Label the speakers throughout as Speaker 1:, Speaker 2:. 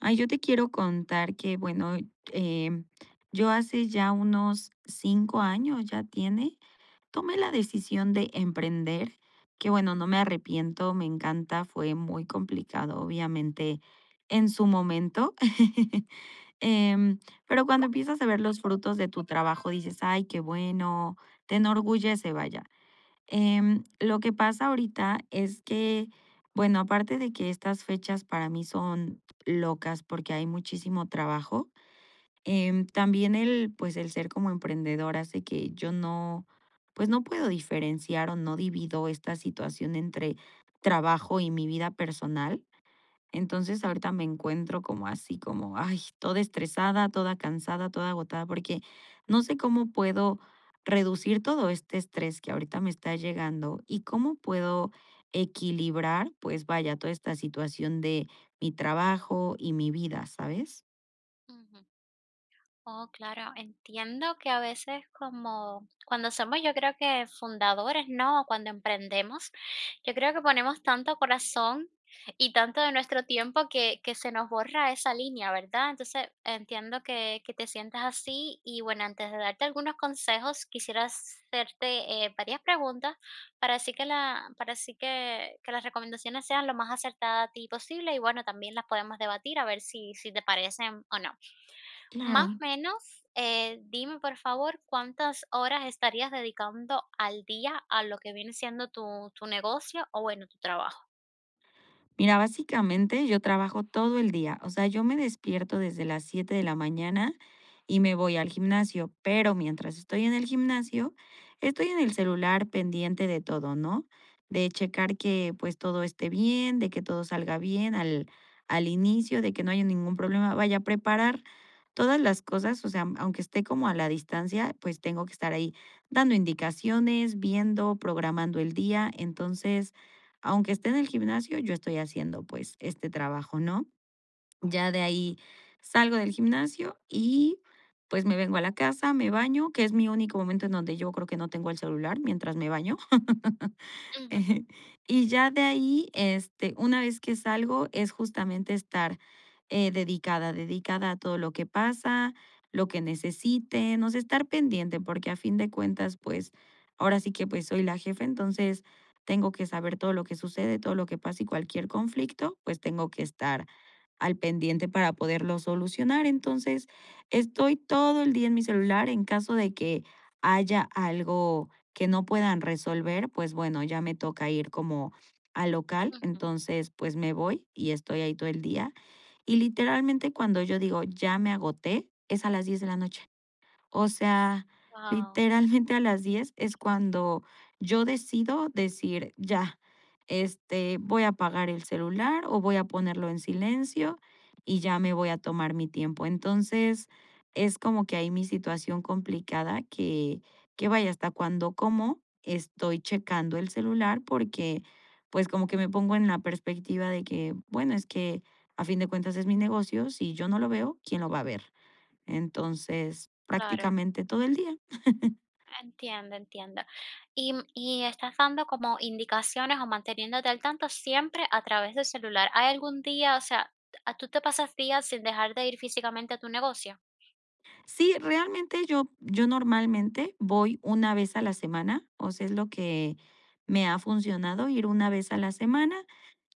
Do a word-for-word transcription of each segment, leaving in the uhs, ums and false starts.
Speaker 1: Ay, yo te quiero contar que, bueno, em, yo hace ya unos cinco años ya tiene, tomé la decisión de emprender, que bueno, no me arrepiento, me encanta, fue muy complicado, obviamente, en su momento. Em, pero cuando empiezas a ver los frutos de tu trabajo, dices, ay, qué bueno, te enorgullece, vaya. Em, lo que pasa ahorita es que, bueno, aparte de que estas fechas para mí son locas porque hay muchísimo trabajo, em, también el, pues el ser como emprendedor hace que yo no, pues no puedo diferenciar o no divido esta situación entre trabajo y mi vida personal. Entonces, ahorita me encuentro como así, como, ay, toda estresada, toda cansada, toda agotada, porque no sé cómo puedo reducir todo este estrés que ahorita me está llegando y cómo puedo equilibrar, pues vaya, toda esta situación de mi trabajo y mi vida, ¿sabes?
Speaker 2: Ujú. Oh, claro, entiendo que a veces como cuando somos, yo creo que, fundadores, ¿no? O cuando emprendemos, yo creo que ponemos tanto corazón y tanto de nuestro tiempo que, que se nos borra esa línea, ¿verdad? Entonces entiendo que, que te sientas así y bueno, antes de darte algunos consejos, quisiera hacerte eh, varias preguntas para así que la, para así que, que las recomendaciones sean lo más acertadas a ti posible, y bueno, también las podemos debatir a ver si, si te parecen o no. Más o
Speaker 1: Claro.
Speaker 2: menos, eh, dime por favor, ¿cuántas horas estarías dedicando al día a lo que viene siendo tu tu negocio o bueno, tu trabajo?
Speaker 1: Mira, básicamente yo trabajo todo el día, o sea, yo me despierto desde las siete de la mañana y me voy al gimnasio, pero mientras estoy en el gimnasio, estoy en el celular pendiente de todo, ¿no? De checar que pues todo esté bien, de que todo salga bien al, al inicio, de que no haya ningún problema, vaya a preparar todas las cosas, o sea, aunque esté como a la distancia, pues tengo que estar ahí dando indicaciones, viendo, programando el día, entonces... Aunque esté en el gimnasio, yo estoy haciendo, pues, este trabajo, ¿no? Ya de ahí salgo del gimnasio y, pues, me vengo a la casa, me baño, que es mi único momento en donde yo creo que no tengo el celular mientras me baño.
Speaker 2: Ujú,
Speaker 1: Y ya de ahí, este, una vez que salgo, es justamente estar, eh, dedicada, dedicada a todo lo que pasa, lo que necesite no sé estar pendiente, porque a fin de cuentas, pues, ahora sí que, pues, soy la jefa, entonces tengo que saber todo lo que sucede, todo lo que pasa y cualquier conflicto, pues, tengo que estar al pendiente para poderlo solucionar. Entonces, estoy todo el día en mi celular en caso de que haya algo que no puedan resolver, pues bueno, ya me toca ir como al local,
Speaker 2: ujú.
Speaker 1: entonces pues me voy y estoy ahí todo el día. Y literalmente cuando yo digo, ya me agoté, es a las diez de la noche. O sea,
Speaker 2: Guau,
Speaker 1: literalmente a las diez es cuando yo decido decir, ya, este, voy a apagar el celular o voy a ponerlo en silencio y ya me voy a tomar mi tiempo. Entonces, es como que ahí mi situación complicada que, que vaya hasta cuando como estoy checando el celular porque pues como que me pongo en la perspectiva de que, bueno, es que a fin de cuentas es mi negocio, si yo no lo veo, ¿quién lo
Speaker 2: mm,
Speaker 1: va a ver? Entonces,
Speaker 2: claro.
Speaker 1: prácticamente todo el día.
Speaker 2: Entiendo, entiendo. Y, mm, y estás dando como indicaciones o manteniéndote al tanto siempre a través del celular. ¿Hay algún día, o sea, t- tú te pasas días sin dejar de ir físicamente a tu negocio?
Speaker 1: Sí, realmente yo, yo normalmente voy una vez a la semana, o sea, es lo que me ha funcionado ir una vez a la semana.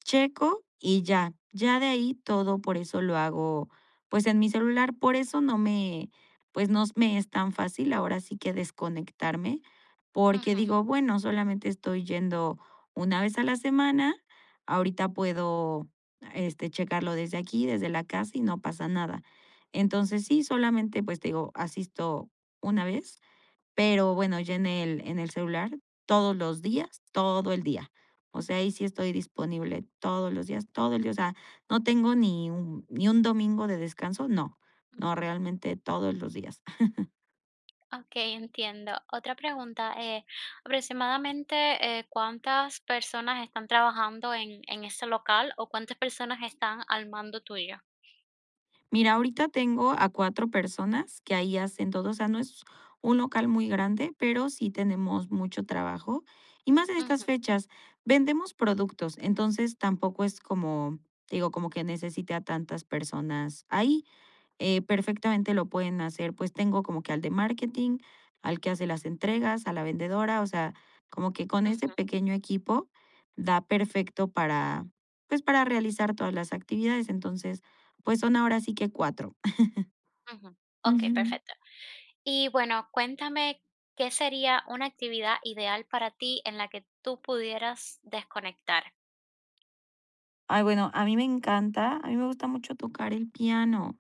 Speaker 1: Checo y ya. Ya de ahí todo, por eso lo hago, pues, en mi celular. Por eso no me, pues, no me es tan fácil ahora sí que desconectarme, porque
Speaker 2: Ujú,
Speaker 1: digo: "Bueno, solamente estoy yendo una vez a la semana, ahorita puedo, este, checarlo desde aquí, desde la casa y no pasa nada". Entonces sí, solamente, pues, te digo, asisto una vez. Pero bueno, ya en el en el celular todos los días, todo el día. O sea, ahí sí estoy disponible todos los días, todo el día. O sea, no tengo ni un ni un domingo de descanso, no. No,
Speaker 2: ujú.
Speaker 1: realmente todos los días.
Speaker 2: Okey, entiendo. Otra pregunta, eh, aproximadamente, eh, ¿cuántas personas están trabajando en en ese local o cuántas personas están al mando tuyo?
Speaker 1: Mira, ahorita tengo a cuatro personas que ahí hacen todo, o sea, no es un local muy grande, pero sí tenemos mucho trabajo, y más en estas
Speaker 2: Ujú,
Speaker 1: fechas. Vendemos productos, entonces tampoco es como, te digo, como que necesite a tantas personas ahí. eh, perfectamente lo pueden hacer. Pues tengo como que al de marketing, al que hace las entregas, a la vendedora, o sea, como que con ese
Speaker 2: ujú,
Speaker 1: pequeño equipo da perfecto para, pues para realizar todas las actividades. Entonces, pues son ahora sí que cuatro.
Speaker 2: ujú. Okey,
Speaker 1: Ujú.
Speaker 2: perfecto. Y bueno, cuéntame, ¿qué sería una actividad ideal para ti en la que tú pudieras desconectar?
Speaker 1: Ay, bueno, a mí me encanta, a mí me gusta mucho tocar el piano.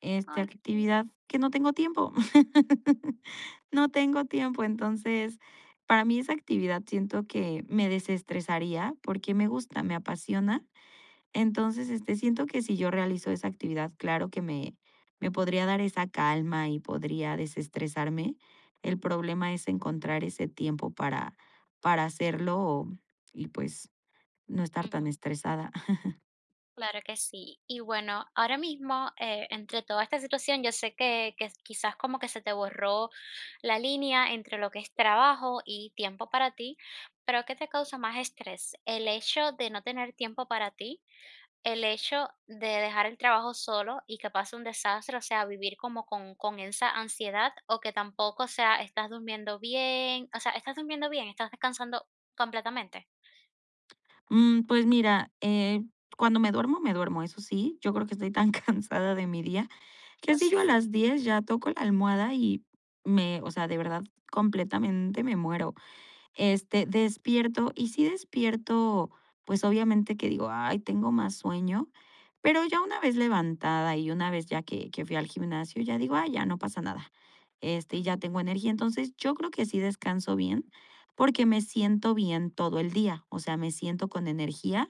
Speaker 1: Esta
Speaker 2: Ay, qué lindo.
Speaker 1: actividad que no tengo tiempo. No tengo tiempo, entonces, para mí esa actividad siento que me desestresaría porque me gusta, me apasiona. Entonces, este, siento que si yo realizo esa actividad, claro que me, me podría dar esa calma y podría desestresarme. El problema es encontrar ese tiempo para, para hacerlo y pues no estar tan estresada.
Speaker 2: Claro que sí. Y bueno, ahora mismo, eh, entre toda esta situación, yo sé que, que quizás como que se te borró la línea entre lo que es trabajo y tiempo para ti, pero ¿qué te causa más estrés? ¿El hecho de no tener tiempo para ti? ¿El hecho de dejar el trabajo solo y que pase un desastre? O sea, vivir como con, con esa ansiedad. O que tampoco, o sea, estás durmiendo bien, o sea, estás durmiendo bien, estás descansando completamente.
Speaker 1: Mm, pues mira, eh, cuando me duermo, me duermo, eso sí. Yo creo que estoy tan cansada de mi día que
Speaker 2: ¿O
Speaker 1: si yo
Speaker 2: sí?
Speaker 1: a las diez ya toco la almohada y me, o sea, de verdad, completamente me muero. Este, despierto, y sí despierto, pues, obviamente que digo: "Ay, tengo más sueño", pero ya una vez levantada y una vez ya que que fui al gimnasio, ya digo: "Ay, ya no pasa nada", este, y ya tengo energía. Entonces, yo creo que sí descanso bien, porque me siento bien todo el día, o sea, me siento con energía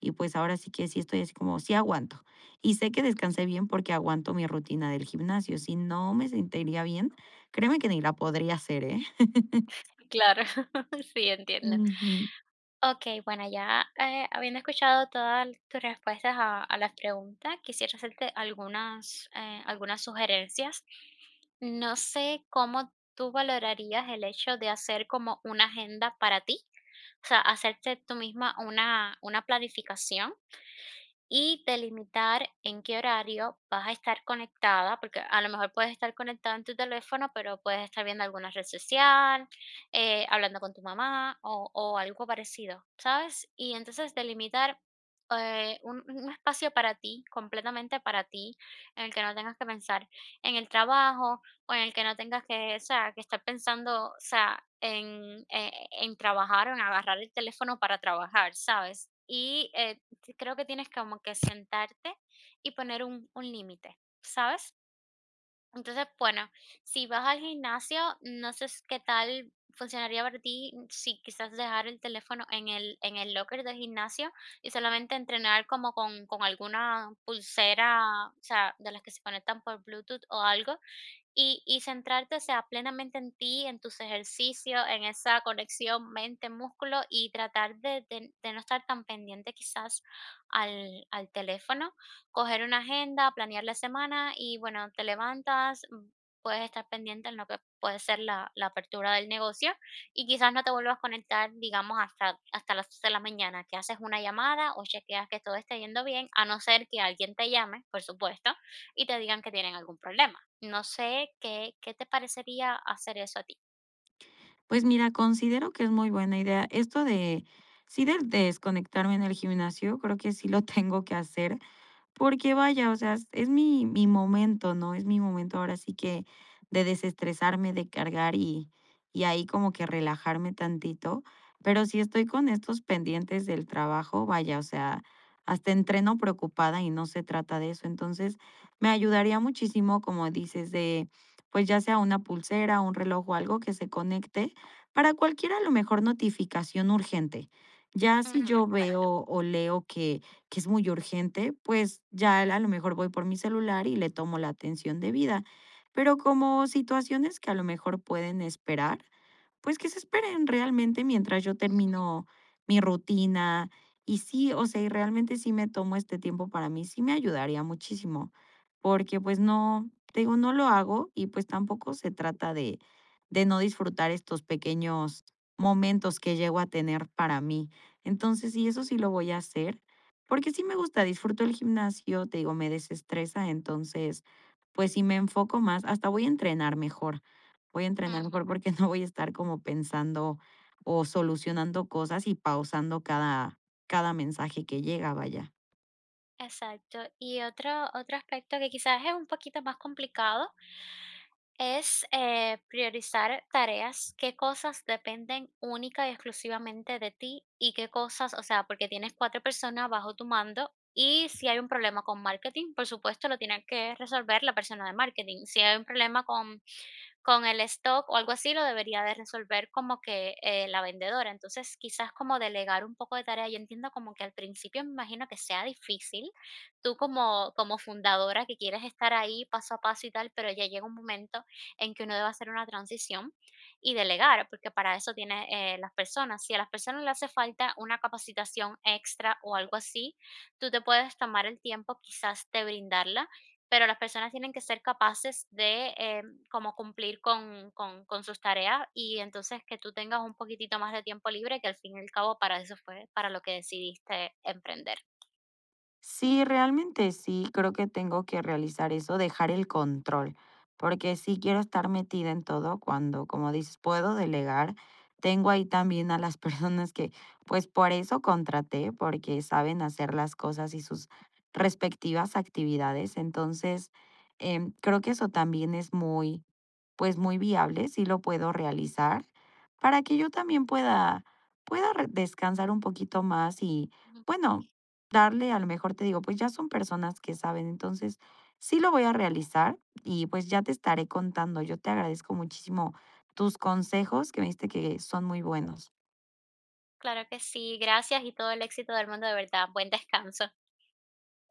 Speaker 1: y, pues, ahora sí que sí estoy así como, sí aguanto. Y sé que descansé bien porque aguanto mi rutina del gimnasio, si no me sentiría bien, créeme que ni la podría hacer, ¿eh?
Speaker 2: Claro, sí, entiendo.
Speaker 1: Ujú.
Speaker 2: Okey, bueno, ya, eh, habiendo escuchado todas tus respuestas a a las preguntas, quisiera hacerte algunas, eh, algunas sugerencias. No sé cómo tú valorarías el hecho de hacer como una agenda para ti, o sea, hacerte tú misma una una planificación y delimitar en qué horario vas a estar conectada, porque a lo mejor puedes estar conectada en tu teléfono, pero puedes estar viendo alguna red social, eh, hablando con tu mamá o, o algo parecido, ¿sabes? Y entonces delimitar eh, un, un espacio para ti, completamente para ti, en el que no tengas que pensar en el trabajo, o en el que no tengas que, o sea, que estar pensando, o sea, en, eh, en trabajar o en agarrar el teléfono para trabajar, ¿sabes? Y eh, Sí, creo que tienes como que sentarte y poner un, un límite, ¿sabes? Entonces, bueno, si vas al gimnasio, no sé s- qué tal funcionaría para ti si quizás dejar el teléfono en el, en el locker del gimnasio y solamente entrenar como con, con alguna pulsera, o sea, de las que se conectan por Bluetooth o algo, y y centrarte, o sea, plenamente en ti, en tus ejercicios, en esa conexión mente-músculo y tratar de de de no estar tan pendiente quizás al al teléfono, coger una agenda, planear la semana y, bueno, te levantas, mm, puedes estar pendiente en lo que puede ser la la apertura del negocio y quizás no te vuelvas a conectar, digamos, hasta hasta las seis de la mañana, que haces una llamada o chequeas que todo esté yendo bien, a no ser que alguien te llame, por supuesto, y te digan que tienen algún problema. No sé, ¿qué ¿qué te parecería hacer eso a ti?
Speaker 1: Pues mira, considero que es muy buena idea. Esto de sí de desconectarme en el gimnasio, creo que sí lo tengo que hacer, porque vaya, o sea, es es mi mi momento, ¿no? Es mi momento ahora sí que de desestresarme, de cargar y y ahí como que relajarme tantito. Pero si estoy con estos pendientes del trabajo, vaya, o sea, hasta entreno preocupada y no se trata de eso. Entonces, me ayudaría muchísimo, como dices, de, pues ya sea una pulsera, un reloj o algo que se conecte para cualquier a lo mejor notificación urgente. Ya si
Speaker 2: Ujú,
Speaker 1: yo veo
Speaker 2: exacto.
Speaker 1: o leo que que es muy urgente, pues ya a lo mejor voy por mi celular y le tomo la atención debida. Pero como situaciones que a lo mejor pueden esperar, pues que se esperen realmente mientras yo
Speaker 2: Ujú,
Speaker 1: termino mi rutina. Y sí, o sea, y realmente sí me tomo este tiempo para mí, sí me ayudaría muchísimo, porque pues no, te digo, no lo hago y pues tampoco se trata de, de no disfrutar estos pequeños momentos que llego a tener para mí. Entonces, sí, eso
Speaker 2: ujú.
Speaker 1: sí lo voy a hacer, porque sí me gusta, disfruto el gimnasio, te digo, me desestresa, entonces pues si me enfoco más, hasta voy a entrenar mejor. Voy a entrenar
Speaker 2: Ujú,
Speaker 1: mejor porque no voy a estar como pensando o solucionando cosas y pausando cada, cada mensaje que llega, vaya.
Speaker 2: exacto. Y otro otro aspecto que quizás es un poquito más complicado es, eh, priorizar tareas, qué cosas dependen única y exclusivamente de ti y qué cosas, o sea, porque tienes cuatro personas bajo tu mando, y si hay un problema con marketing, por supuesto, lo tiene que resolver la persona de marketing. Si hay un problema con con el stock o algo así, lo debería de resolver como que, eh, la vendedora. Entonces, quizás como delegar un poco de tarea. Yo entiendo como que al principio me imagino que sea difícil, tú como como fundadora, que quieres estar ahí paso a paso y tal, pero ya llega un momento en que uno debe hacer una transición y delegar, porque para eso tienes, eh, las personas. Si a las personas le hace falta una capacitación extra o algo así, tú te puedes tomar el tiempo quizás de brindarla, pero las personas tienen que ser capaces de, eh, como cumplir con con con sus tareas, y entonces que tú tengas un poquitito más de tiempo libre, que al fin y al cabo para eso fue para lo que decidiste emprender.
Speaker 1: Sí, realmente sí, creo que tengo que realizar eso, dejar el control, porque sí quiero estar metida en todo cuando, como dices, puedo delegar. Tengo ahí también a las personas que, pues por eso contraté, porque saben hacer las cosas y sus respectivas actividades. Entonces, em, creo que eso también es muy, pues muy viable, sí lo puedo realizar, para que yo también pueda, pueda re- descansar un poquito más y...
Speaker 2: Ujú.
Speaker 1: Bueno, darle, a lo mejor te digo, pues ya son personas que saben, entonces sí lo voy a realizar y pues ya te estaré contando. Yo te agradezco muchísimo tus consejos que me diste que son muy buenos.
Speaker 2: Claro que sí, gracias y todo el éxito del mundo, de verdad. Buen descanso.